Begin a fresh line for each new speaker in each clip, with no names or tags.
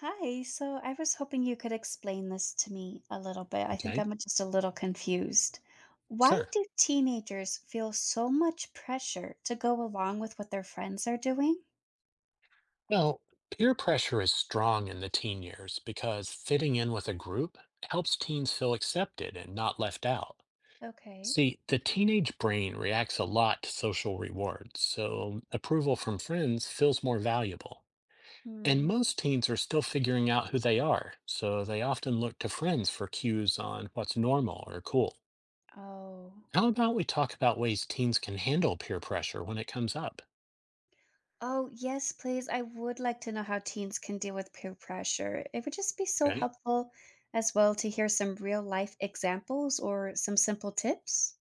Hi, so I was hoping you could explain this to me a little bit. I think
Okay,
I'm just a little confused. Why
sure.
do teenagers feel so much pressure to go along with what their friends are doing?
Well, peer pressure is strong in the teen years because fitting in with a group helps teens feel accepted and not left out.
Okay.
See, the teenage brain reacts a lot to social rewards, so approval from friends feels more valuable. And
Hmm.
most teens are still figuring out who they are, so they often look to friends for cues on what's normal or cool.
Oh.
How about we talk about ways teens can handle peer pressure when it comes up?
Oh, yes, please. I would like to know how teens can deal with peer pressure. It would just be so
Okay.
helpful as well to hear some real life examples or some simple tips.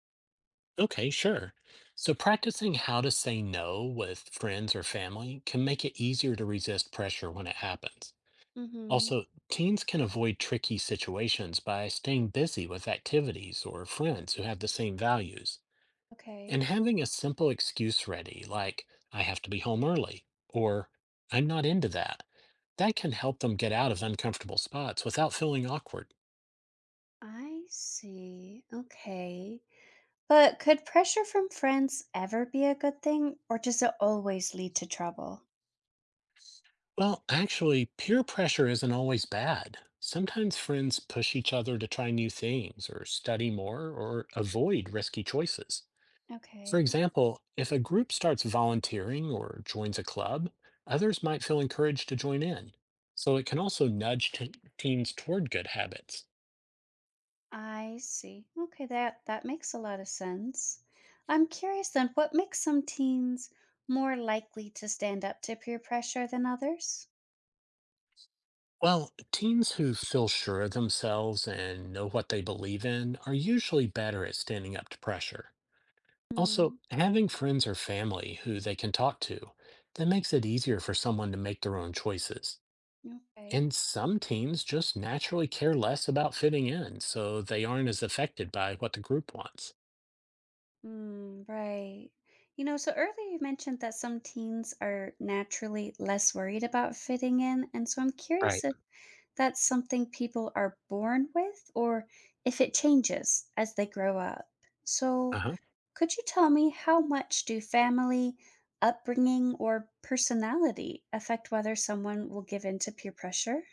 Okay, sure. So, practicing how to say no with friends or family can make it easier to resist pressure when it happens.
Mm-hmm.
Also, teens can avoid tricky situations by staying busy with activities or friends who have the same values. And
Okay.
having a simple excuse ready, like, I have to be home early, or I'm not into that, that can help them get out of uncomfortable spots without feeling awkward.
I see. Okay. But could pressure from friends ever be a good thing, or does it always lead to trouble?
Well, actually, peer pressure isn't always bad. Sometimes friends push each other to try new things or study more or avoid risky choices. For
Okay,
example, if a group starts volunteering or joins a club, others might feel encouraged to join in. So it can also nudge teens toward good habits.
I see. Okay, that makes a lot of sense. I'm curious then, what makes some teens more likely to stand up to peer pressure than others?
Well, teens who feel sure of themselves and know what they believe in are usually better at standing up to pressure. Also,
Hmm.
having friends or family who they can talk to, that makes it easier for someone to make their own choices.
Okay.
And some teens just naturally care less about fitting in, so they aren't as affected by what the group wants.
Mm, right. You know, so earlier you mentioned that some teens are naturally less worried about fitting in, and so I'm
Right.
curious if that's something people are born with or if it changes as they grow up.
Uh
So,
huh.
could you tell me how much do family, upbringing, or personality affect whether someone will give in to peer pressure?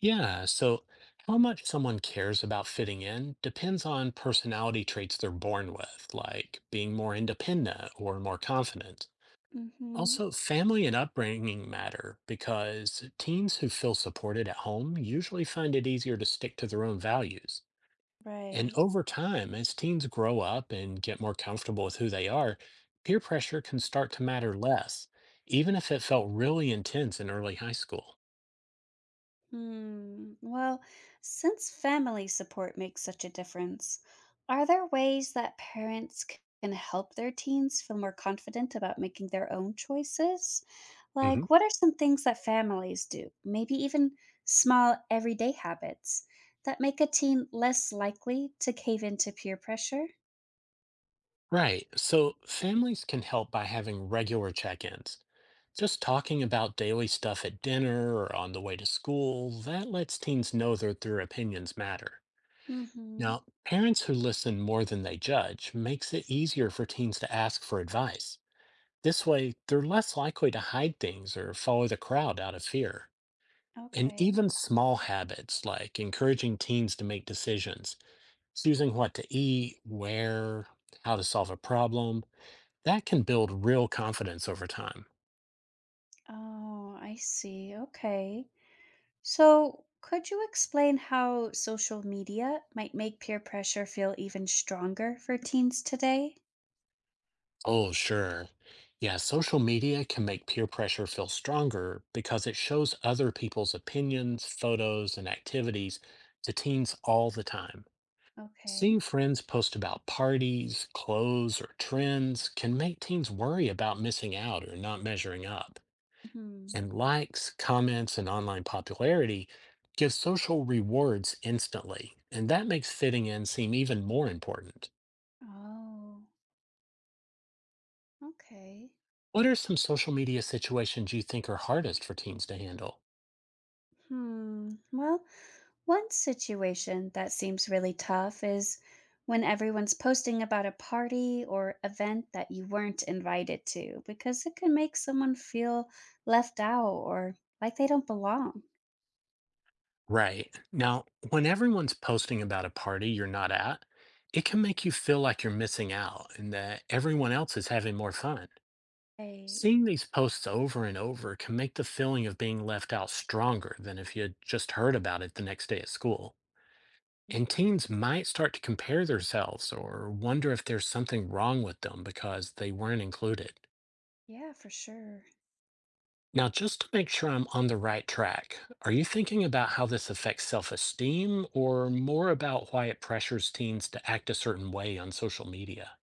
Yeah. So, how much someone cares about fitting in depends on personality traits they're born with, like being more independent or more confident.
Mhm.
Also, family and upbringing matter because teens who feel supported at home usually find it easier to stick to their own values. And
Right.
over time, as teens grow up and get more comfortable with who they are, peer pressure can start to matter less, even if it felt really intense in early high school.
Hmm. Well, since family support makes such a difference, are there ways that can help their teens feel more confident about making their own choices?
hmm
Like, what are some things that families do, maybe even small everyday habits, that make a teen less likely to cave into peer pressure?
Right, so families can help by having regular check ins. Just talking about daily stuff at dinner or on the way to school, that lets teens know that their opinions matter.
Mm hmm.
Now, parents who listen more than they judge makes it easier for teens to ask for advice. This way, they're less likely to hide things or follow the crowd out of fear. And
Okay.
even small habits like encouraging teens to make decisions, choosing what to eat, where, how to solve a problem, that can build real confidence over time.
Oh, I see. Okay. So, could you explain how social media might make peer pressure feel even stronger for teens today?
Oh, sure. Yeah, social media can make peer pressure feel stronger because it shows other people's opinions, photos, and activities to teens all the time.
Okay.
Seeing friends post about parties, clothes, or trends can make teens worry about missing out or not measuring up.
Hmm.
And likes, comments, and online popularity give social rewards instantly, and that makes fitting in seem even more important.
Oh, okay.
What are some social media situations you think are hardest for teens to handle?
Hmm. Well, one situation that seems really tough is when everyone's posting about a party or event that you weren't invited to, because it can make someone feel left out or like they don't belong.
Right. Now, when everyone's posting about a party you're not at, it can make you feel like you're missing out and that everyone else is having more fun.
Right.
Seeing these posts over and over can make the feeling of being left out stronger than if you had just heard about it the next day at school.
Mm,
And teens might start to compare themselves or wonder if there's something wrong with them because they weren't included.
yeah, for sure.
Now, just to make sure I'm on the right track, are you thinking about how this affects self esteem or more about why it pressures teens to act a certain way on social media?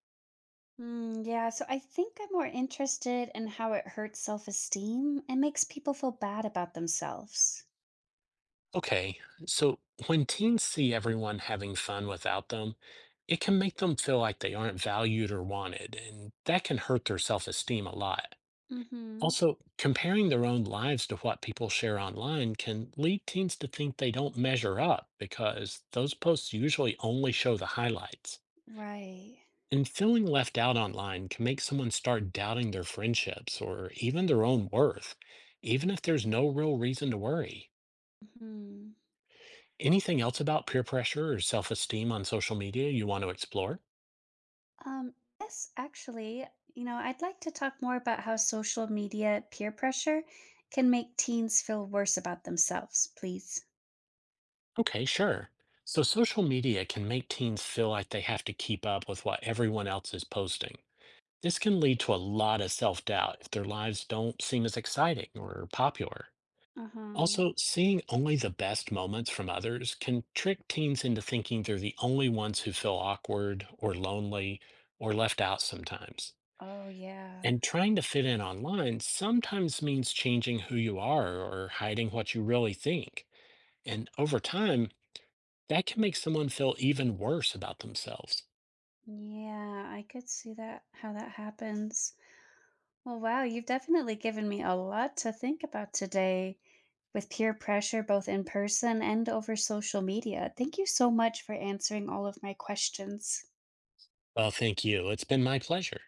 Mm, yeah, so I think I'm more interested in how it hurts self esteem and makes people feel bad about themselves.
Okay, so when teens see everyone having fun without them, it can make them feel like they aren't valued or wanted, and that can hurt their self esteem a lot.
Mm-hmm.
Also, comparing their own lives to what people share online can lead teens to think they don't measure up because those posts usually only show the highlights.
Right.
And feeling left out online can make someone start doubting their friendships or even their own worth, even if there's no real reason to worry.
Hmm.
Anything else about peer pressure or self esteem on social media you want to explore?
Um, yes, actually, you know, I'd like to talk more about how social media peer pressure can make teens feel worse about themselves, please.
Okay, sure. So, social media can make teens feel like they have to keep up with what everyone else is posting. This can lead to a lot of self doubt if their lives don't seem as exciting or popular.
Uh-huh.
Also, seeing only the best moments from others can trick teens into thinking they're the only ones who feel awkward or lonely or left out sometimes.
Oh, yeah.
And trying to fit in online sometimes means changing who you are or hiding what you really think. And over time, that can make someone feel even worse about themselves.
Yeah, I could see that, how that happens. Well, wow, you've definitely given me a lot to think about today with peer pressure, both in person and over social media. Thank you so much for answering all of my questions.
Well, thank you. It's been my pleasure.